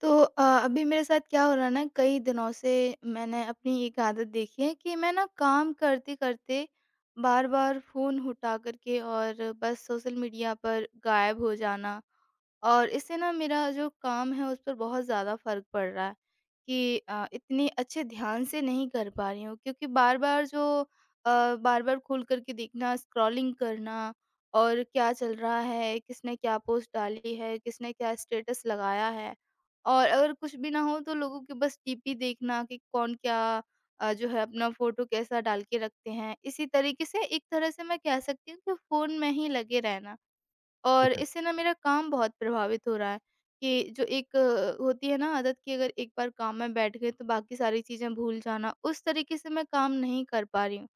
अभी मेरे साथ क्या हो रहा है ना कई दिनों से मैंने अपनी एक आदत देखी है कि मैं ना काम करते-करते बार-बार फ़ोन उठा कर के और बस सोशल मीडिया पर गायब हो जाना। और इससे ना मेरा जो काम है उस पर बहुत ज़्यादा फ़र्क पड़ रहा है कि इतने अच्छे ध्यान से नहीं कर पा रही हूँ, क्योंकि बार-बार जो बार-बार खोल करके देखना, स्क्रॉलिंग करना और क्या चल रहा है, किसने क्या पोस्ट डाली है, किसने क्या स्टेटस लगाया है। और अगर कुछ भी ना हो तो लोगों के बस डीपी देखना कि कौन क्या जो है अपना फ़ोटो कैसा डाल के रखते हैं। इसी तरीके से एक तरह से मैं कह सकती हूँ कि फ़ोन में ही लगे रहना। और अच्छा। इससे ना मेरा काम बहुत प्रभावित हो रहा है कि जो एक होती है ना आदत कि अगर एक बार काम में बैठ गए तो बाकी सारी चीज़ें भूल जाना, उस तरीके से मैं काम नहीं कर पा रही हूँ।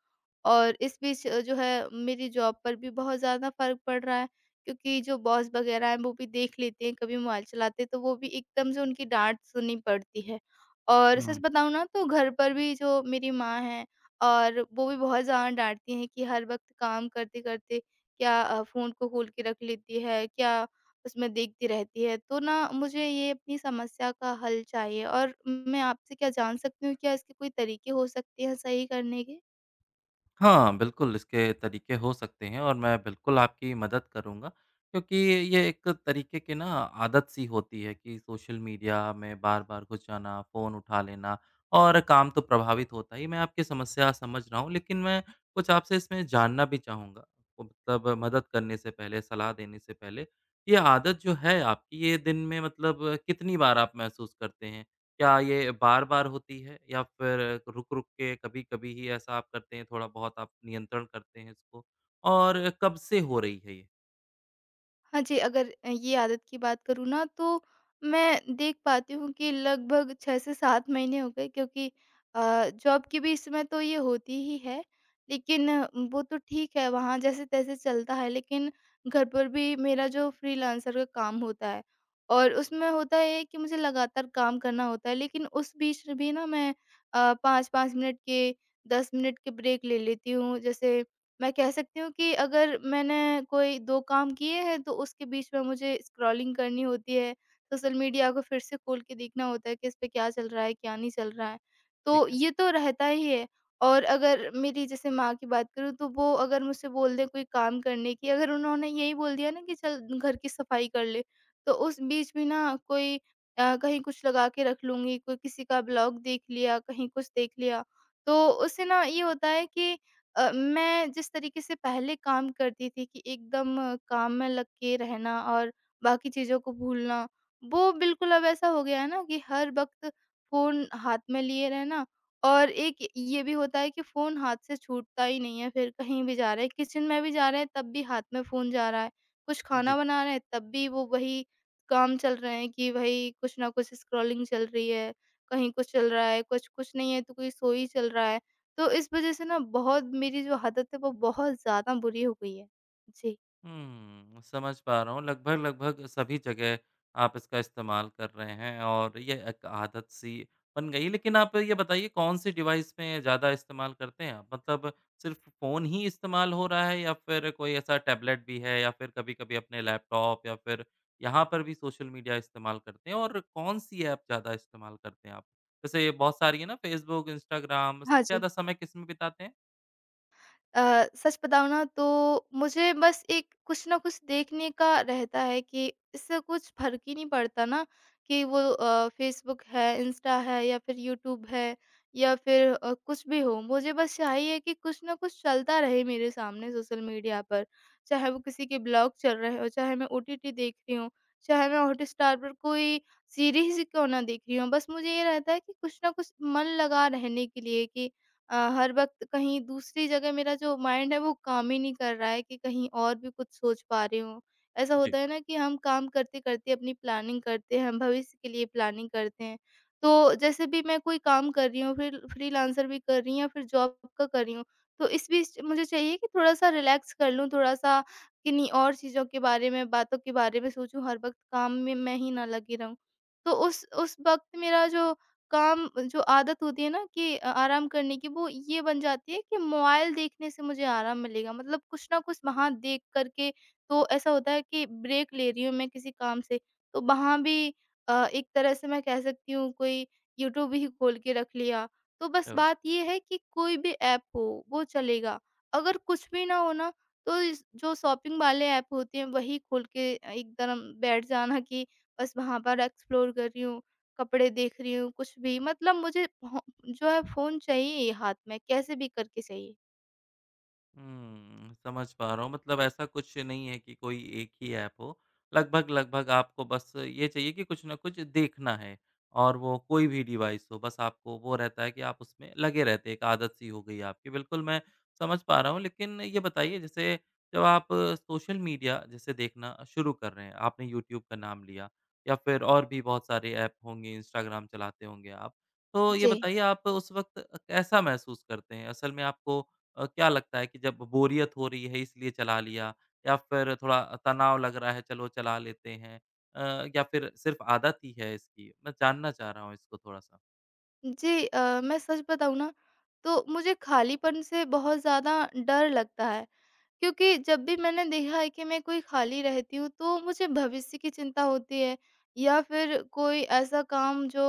और इस बीच जो है मेरी जॉब पर भी बहुत ज़्यादा फ़र्क पड़ रहा है, क्योंकि जो बॉस वगैरह हैं वो भी देख लेते हैं कभी मोबाइल चलाते हैं तो वो भी एकदम से उनकी डाँट सुननी पड़ती है। और सच हुँ। बताऊँ ना तो घर पर भी जो मेरी माँ हैं और वो भी बहुत ज़्यादा डाँटती हैं कि हर वक़्त काम करते-करते क्या फ़ोन को खोल के रख लेती है, क्या उसमें देखती रहती है। तो ना मुझे ये अपनी समस्या का हल चाहिए और मैं आपसे क्या जान सकती हूँ, क्या इसके कोई तरीके हो सकते हैं सही करने के? हाँ, बिल्कुल इसके तरीके हो सकते हैं और मैं बिल्कुल आपकी मदद करूँगा क्योंकि ये एक तरीके की ना आदत सी होती है कि सोशल मीडिया में बार-बार घुस जाना, फ़ोन उठा लेना और काम तो प्रभावित होता ही। मैं आपकी समस्या समझ रहा हूँ, लेकिन मैं कुछ आपसे इसमें जानना भी चाहूँगा। मतलब मदद करने से पहले, सलाह देने से पहले, ये आदत जो है आपकी, ये दिन में मतलब कितनी बार आप महसूस करते हैं? क्या ये बार-बार होती है या फिर रुक-रुक के कभी-कभी ही ऐसा आप करते हैं, थोड़ा-बहुत आप नियंत्रण करते हैं इसको? और कब से हो रही है ये? हाँ जी, अगर ये आदत की बात करूँ ना तो मैं देख पाती हूँ कि लगभग 6 से 7 महीने हो गए, क्योंकि अ, जॉब के भी इसमें तो ये होती ही है। लेकिन वो तो ठीक है वहाँ जैसे-तैसे चलता है, लेकिन घर पर भी मेरा जो फ्रीलांसर का काम होता है और उसमें होता है कि मुझे लगातार काम करना होता है, लेकिन उस बीच भी ना मैं 5-5 मिनट के 10 मिनट के ब्रेक ले लेती हूँ। जैसे मैं कह सकती हूँ कि अगर मैंने कोई 2 काम किए हैं तो उसके बीच में मुझे स्क्रॉलिंग करनी होती है, सोशल मीडिया को फिर से खोल के देखना होता है कि इस पे क्या चल रहा है, क्या नहीं चल रहा है। ठीक तो ये तो रहता ही है। और अगर मेरी जैसे माँ की बात करूँ तो वो अगर मुझसे बोल दें कोई काम करने की, अगर उन्होंने यही बोल दिया ना कि चल घर की सफाई कर ले, तो उस बीच भी ना कोई कहीं कुछ लगा के रख लूँगी, कोई किसी का ब्लॉग देख लिया, कहीं कुछ देख लिया। तो उससे ना ये होता है कि मैं जिस तरीके से पहले काम करती थी कि एकदम काम में लग के रहना और बाकी चीज़ों को भूलना, वो बिल्कुल अब ऐसा हो गया है ना कि हर वक़्त फ़ोन हाथ में लिए रहना। और एक ये भी होता है कि फ़ोन हाथ से छूटता ही नहीं है, फिर कहीं भी जा रहे हैं, किचन में भी जा रहे हैं, तब भी हाथ में फ़ोन जा रहा है। कुछ खाना है। बना रहे हैं, तब भी वो वही काम चल रहे हैं कि भई कुछ ना कुछ स्क्रॉलिंग चल रही है, कहीं कुछ चल रहा है, कुछ कुछ नहीं है तो कोई सो ही चल रहा है। तो इस वज़ह से ना बहुत मेरी जो आदत है वो बहुत ज़्यादा बुरी हो गई है। जी। हुँ, समझ पा रहा हूँ। लगभग-लगभग सभी जगह आप इसका इस्तेमाल कर रहे हैं और ये एक आदत-सी बन गई। लेकिन आप ये बताइए कौन-सी डिवाइस में ज़्यादा इस्तेमाल करते हैं आप? मतलब सिर्फ़ फ़ोन ही इस्तेमाल हो रहा है या फिर कोई ऐसा टैबलेट भी है या फिर कभी-कभी अपने लैपटॉप या फिर यहाँ पर भी सोशल मीडिया इस्तेमाल करते हैं? और कौन-सी ऐप ज़्यादा इस्तेमाल करते हैं आप? जैसे बहुत सारी है ना फ़ेसबुक, इंस्टाग्राम, हाँ सबसे जी। ज़्यादा समय किसमें बिताते हैं? सच बताऊँ ना तो मुझे बस एक कुछ ना कुछ देखने का रहता है कि इससे कुछ फ़र्क ही नहीं पड़ता ना कि वो फ़ेसबुक है, इंस्टा है या फिर यूट्यूब है या फिर कुछ भी हो। मुझे बस चाहिए कि कुछ ना कुछ चलता रहे मेरे सामने सोशल मीडिया पर। चाहे वो किसी के ब्लॉग चल रहे हों, चाहे मैं ओटीटी देख रही हूँ, चाहे मैं हॉटस्टार पर कोई सीरीज़ क्यों ना देख रही हूँ। बस मुझे ये रहता है कि कुछ ना कुछ मन लगा रहने के लिए कि हर वक़्त कहीं दूसरी जगह मेरा जो माइंड है वो काम ही नहीं कर रहा है कि कहीं और भी कुछ सोच पा रही हूँ। ऐसा जी। होता है ना कि हम काम करते-करते अपनी प्लानिंग करते हैं, हम भविष्य के लिए प्लानिंग करते हैं। तो जैसे भी मैं कोई काम कर रही हूँ, फिर फ्रीलांसर भी कर रही हूँ या फिर जॉब का कर रही हूँ, तो इस बीच मुझे चाहिए कि थोड़ा-सा रिलैक्स कर लूँ, थोड़ा-सा किन्हीं और चीज़ों के बारे में, बातों के बारे में सोचूँ, हर वक़्त काम में मैं ही ना लगी रहूँ। तो उस वक़्त मेरा जो काम जो आदत होती है ना कि आराम करने की, वो ये बन जाती है कि मोबाइल देखने से मुझे आराम मिलेगा, मतलब कुछ ना कुछ वहाँ देख कर के। तो ऐसा होता है कि ब्रेक ले रही हूँ मैं किसी काम से, तो वहाँ भी एक तरह से मैं कह सकती हूँ कोई यूट्यूब ही खोल के रख लिया। तो बस बात ये है कि कोई भी ऐप हो वो चलेगा, अगर कुछ भी ना हो ना तो जो शॉपिंग वाले ऐप होते हैं वही खोल के एकदम बैठ जाना कि बस वहां पर एक्सप्लोर कर रही हूँ, कपड़े देख रही हूँ, कुछ भी मतलब मुझे हो जो है फ़ोन चाहिए ही हाथ में, कैसे भी करके चाहिए। हुँ, समझ पा रहा हूँ मतलब ऐसा कुछ नहीं है कि कोई एक ही ऐप हो। लगभग-लगभग आपको बस ये चाहिए कि कुछ न कुछ देखना है और वो कोई भी डिवाइस हो, बस आपको वो रहता है कि आप उसमें लगे रहते हैं, एक आदत सी हो गई है आपकी। बिल्कुल, मैं समझ पा रहा हूँ लेकिन ये बताइए जैसे जब आप सोशल मीडिया जैसे देखना शुरू कर रहे हैं, आपने यूट्यूब का नाम लिया या फिर और भी बहुत सारे ऐप होंगे, इंस्टाग्राम चलाते होंगे आप। तो ये जी। बताइए आप उस वक़्त कैसा महसूस करते हैं? असल में आपको क्या लगता है कि जब बोरियत हो रही है इसलिए चला लिया या फिर थोड़ा तनाव लग रहा है चलो चला लेते हैं या फिर सिर्फ आदत ही है इसकी? मैं जानना चाह रहा हूँ इसको थोड़ा-सा। जी मैं सच बताऊँ ना, तो मुझे खालीपन से बहुत ज़्यादा डर लगता है। क्योंकि जब भी मैंने देखा है कि मैं कोई खाली रहती हूँ तो मुझे भविष्य की चिंता होती है या फिर कोई ऐसा काम जो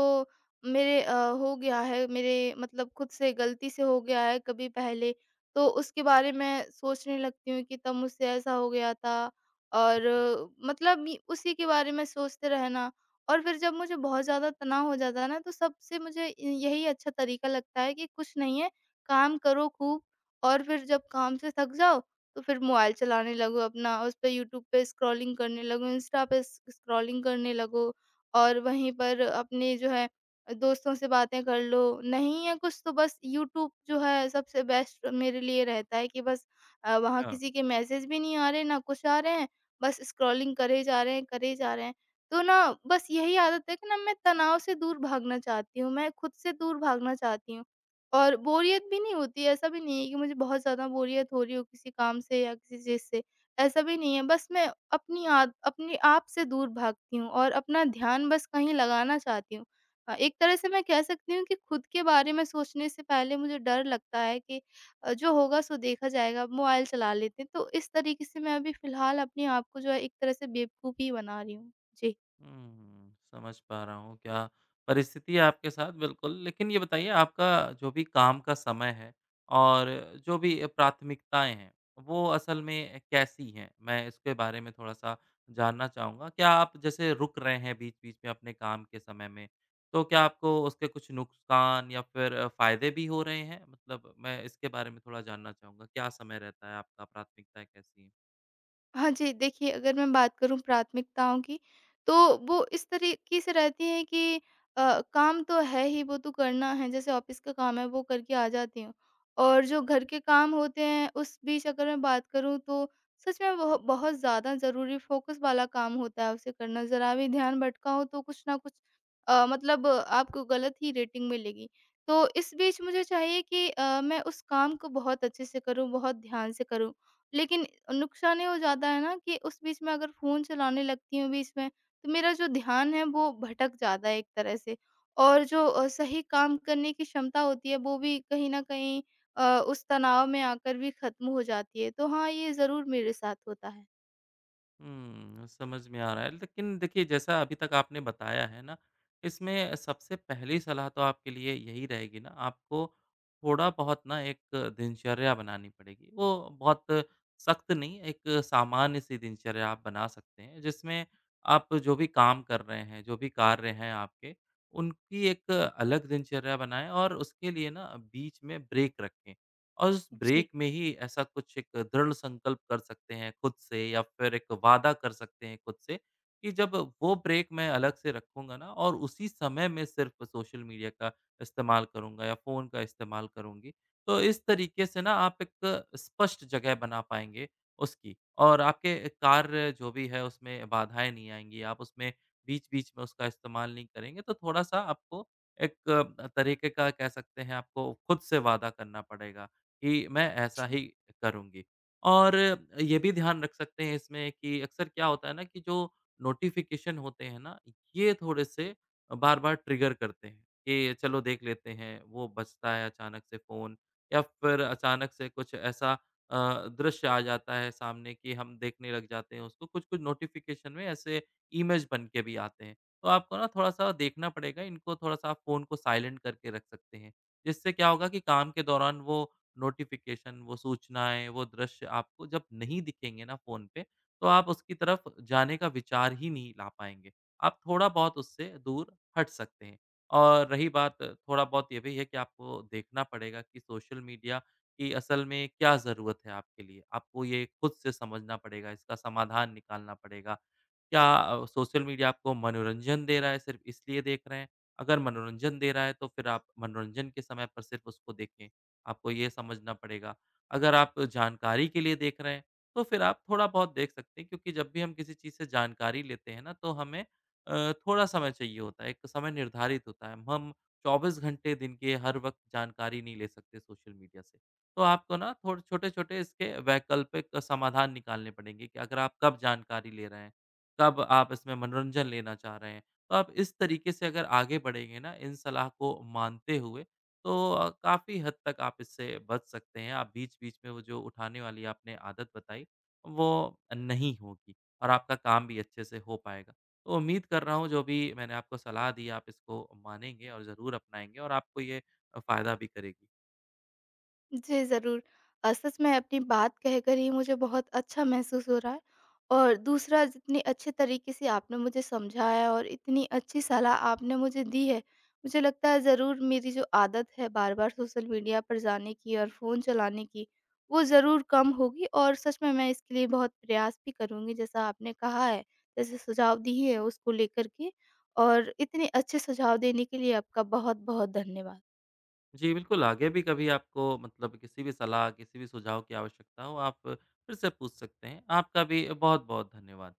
मेरे हो गया है मेरे मतलब खुद से गलती से हो गया है कभी पहले, तो उसके बारे में सोचने लगती हूँ कि तब मुझसे ऐसा हो गया था। और मतलब उसी के बारे में सोचते रहना। और फिर जब मुझे बहुत ज़्यादा तनाव हो जाता है ना, तो सबसे मुझे यही अच्छा तरीका लगता है कि कुछ नहीं है, काम करो खूब। और फिर जब काम से थक जाओ तो फिर मोबाइल चलाने लगो अपना, उस पे यूट्यूब पे स्क्रॉलिंग करने लगो, इंस्टा पे स स्क्रॉलिंग करने लगो और वहीं पर अपने जो है दोस्तों से बातें कर लो। नहीं है कुछ तो बस यूट्यूब जो है सबसे बेस्ट मेरे लिए रहता है कि बस वहाँ हाँ। किसी के मैसेज भी नहीं आ रहे, ना कुछ आ रहे हैं, बस स्क्रॉलिंग करे जा रहे हैं, करे जा रहे हैं। तो ना बस यही आदत है कि ना मैं तनाव से दूर भागना चाहती हूँ, मैं खुद से दूर भागना चाहती हूँ। और बोरियत भी नहीं होती है, ऐसा भी नहीं है कि मुझे बहुत ज़्यादा बोरियत हो रही हो किसी काम से या किसी चीज़ से, ऐसा भी नहीं है। बस मैं अपनी आद अपने आप से दूर भागती हूँ और अपना ध्यान बस कहीं लगाना चाहती हूँ। एक तरह से मैं कह सकती हूँ कि खुद के बारे में सोचने से पहले मुझे डर लगता है कि जो होगा सो देखा जाएगा, मोबाइल चला लेते हैं। तो इस तरीके से मैं अभी फ़िलहाल अपने आप को जो है एक तरह से बेवकूफ़ ही बना रही हूँ। जी। हुँ, समझ पा रहा हूँ क्या परिस्थिति है आपके साथ बिल्कुल। लेकिन ये बताइए आपका जो भी काम का समय है और जो भी प्राथमिकताएँ हैं, वो असल में कैसी हैं? मैं इसके बारे में थोड़ा-सा जानना चाहूँगा। क्या आप जैसे रुक रहे हैं बीच-बीच में अपने काम के समय में, तो क्या आपको उसके कुछ नुकसान या फिर फ़ायदे भी हो रहे हैं? मतलब मैं इसके बारे में थोड़ा जानना चाहूँगा। क्या समय रहता है आपका, प्राथमिकताएँ कैसी हैं? हाँ जी, देखिए अगर मैं बात करूँ प्राथमिकताओं की, तो वो इस तरीके से रहती हैं कि काम तो है ही, वो तो करना है, जैसे ऑफ़िस का काम है वो करके आ जाती हूँ। और जो घर के काम होते हैं उस बीच अगर मैं बात करूँ, तो सच में वह बहुत ज़्यादा ज़रूरी फ़ोकस वाला काम होता है उसे करना, ज़रा भी ध्यान भटका हो तो कुछ ना कुछ मतलब आपको गलत ही रेटिंग मिलेगी। तो इस बीच मुझे चाहिए कि मैं उस काम को बहुत अच्छे से करूँ, बहुत ध्यान से करूँ। लेकिन नुकसान ये हो जाता है ना कि उस बीच में अगर फ़ोन चलाने लगती हूँ बीच में, तो मेरा जो ध्यान है वो भटक जाता है एक तरह से। और जो सही काम करने की क्षमता होती है वो भी कहीं न कहीं उस तनाव में आकर भी ख़त्म हो जाती है। तो हाँ, ये ज़रूर मेरे साथ होता है। हुँ, समझ में आ रहा है। लेकिन देखिए, जैसा अभी तक आपने बताया है ना, इसमें सबसे पहली सलाह तो आपके लिए यही रहेगी ना, आपको थोड़ा-बहुत ना एक दिनचर्या बनानी पड़ेगी। वो बहुत सख्त नहीं, एक सामान्य-सी दिनचर्या आप बना सकते हैं, जिसमें आप जो भी काम कर रहे हैं, जो भी कार्य हैं आपके, उनकी एक अलग दिनचर्या बनाएँ और उसके लिए ना बीच में ब्रेक रखें। और उस जी। ब्रेक में ही ऐसा कुछ एक दृढ़ संकल्प कर सकते हैं खुद से या फिर एक वादा कर सकते हैं खुद से कि जब वो ब्रेक मैं अलग से रखूँगा ना और उसी समय में सिर्फ़ सोशल मीडिया का इस्तेमाल करूँगा या फ़ोन का इस्तेमाल करूँगी। तो इस तरीके से ना आप एक स्पष्ट जगह बना पाएँगे उसकी और आपके कार्य जो भी है उसमें बाधाएँ नहीं आएँगी। आप उसमें बीच-बीच में उसका इस्तेमाल नहीं करेंगे तो थोड़ा-सा आपको एक तरीके का कह सकते हैं आपको खुद से वादा करना पड़ेगा। कि मैं ऐसा ही करूँगी। और ये भी ध्यान रख सकते हैं इसमें कि अक्सर क्या होता है ना कि जो नोटिफ़िकेशन होते हैं ना, ये थोड़े-से बार-बार ट्रिगर करते हैं कि चलो देख लेते हैं, वो बजता है अचानक से फ़ोन या फिर अचानक से कुछ ऐसा अ, दृश्य आ जाता है सामने कि हम देखने लग जाते हैं उसको। कुछ-कुछ नोटिफ़िकेशन में ऐसे इमेज बन के भी आते हैं। तो आपको ना थोड़ा-सा देखना पड़ेगा, इनको थोड़ा-सा आप फ़ोन को साइलेंट करके रख सकते हैं। जिससे क्या होगा कि काम के दौरान वो नोटिफ़िकेशन, वो सूचनाएँ, वो दृश्य आपको जब नहीं दिखेंगे ना फ़ोन पे, तो आप उसकी तरफ जाने का विचार ही नहीं ला पाएँगे। आप थोड़ा-बहुत उससे दूर हट सकते हैं। और रही बात थोड़ा-बहुत ये भी है कि आपको देखना पड़ेगा कि सोशल मीडिया की असल में क्या ज़रूरत है आपके लिए। आपको ये खुद से समझना पड़ेगा, इसका समाधान निकालना पड़ेगा। क्या सोशल मीडिया आपको मनोरंजन दे रहा है, सिर्फ इसलिए देख रहे हैं? अगर मनोरंजन दे रहा है, तो फिर आप मनोरंजन के समय पर सिर्फ उसको देखें, आपको ये समझना पड़ेगा। अगर आप जानकारी के लिए देख रहे हैं, तो फिर आप थोड़ा-बहुत देख सकते हैं क्योंकि जब भी हम किसी चीज़ से जानकारी लेते हैं ना, तो हमें थोड़ा समय चाहिए होता है, एक समय निर्धारित होता है। हम 24 घंटे दिन के हर वक़्त जानकारी नहीं ले सकते सोशल मीडिया से। तो आपको ना थोड़े छोटे-छोटे इसके वैकल्पिक समाधान निकालने पड़ेंगे कि अगर आप कब जानकारी ले रहे हैं। कब आप इसमें मनोरंजन लेना चाह रहे हैं। तो आप इस तरीके से अगर आगे बढ़ेंगे ना इन सलाह को मानते हुए, तो काफ़ी हद तक आप इससे बच सकते हैं। आप बीच-बीच में वो जो उठाने वाली आपने आदत बताई, वो नहीं होगी और आपका काम भी अच्छे से हो पाएगा। तो उम्मीद कर रहा हूँ जो भी मैंने आपको सलाह दी, आप इसको मानेंगे और ज़रूर अपनाएँगे और आपको ये फ़ायदा भी करेगी। जी, ज़रूर। सच में अपनी बात कहकर ही मुझे बहुत अच्छा महसूस हो रहा है और दूसरा जितने अच्छे तरीके से आपने मुझे समझाया और इतनी अच्छी सलाह आपने मुझे दी है, मुझे लगता है ज़रूर मेरी जो आदत है बार-बार सोशल मीडिया पर जाने की और फ़ोन चलाने की, वो ज़रूर कम होगी और सच में मैं इसके लिए बहुत प्रयास भी करूँगी जैसा आपने कहा है, जैसे सुझाव दिए हैं उसको लेकर के और इतने अच्छे सुझाव देने के लिए आपका बहुत-बहुत धन्यवाद। जी, बिल्कुल, आगे भी कभी आपको मतलब किसी भी सलाह, किसी भी सुझाव की आवश्यकता हो, आप फिर से पूछ सकते हैं। आपका भी बहुत-बहुत धन्यवाद।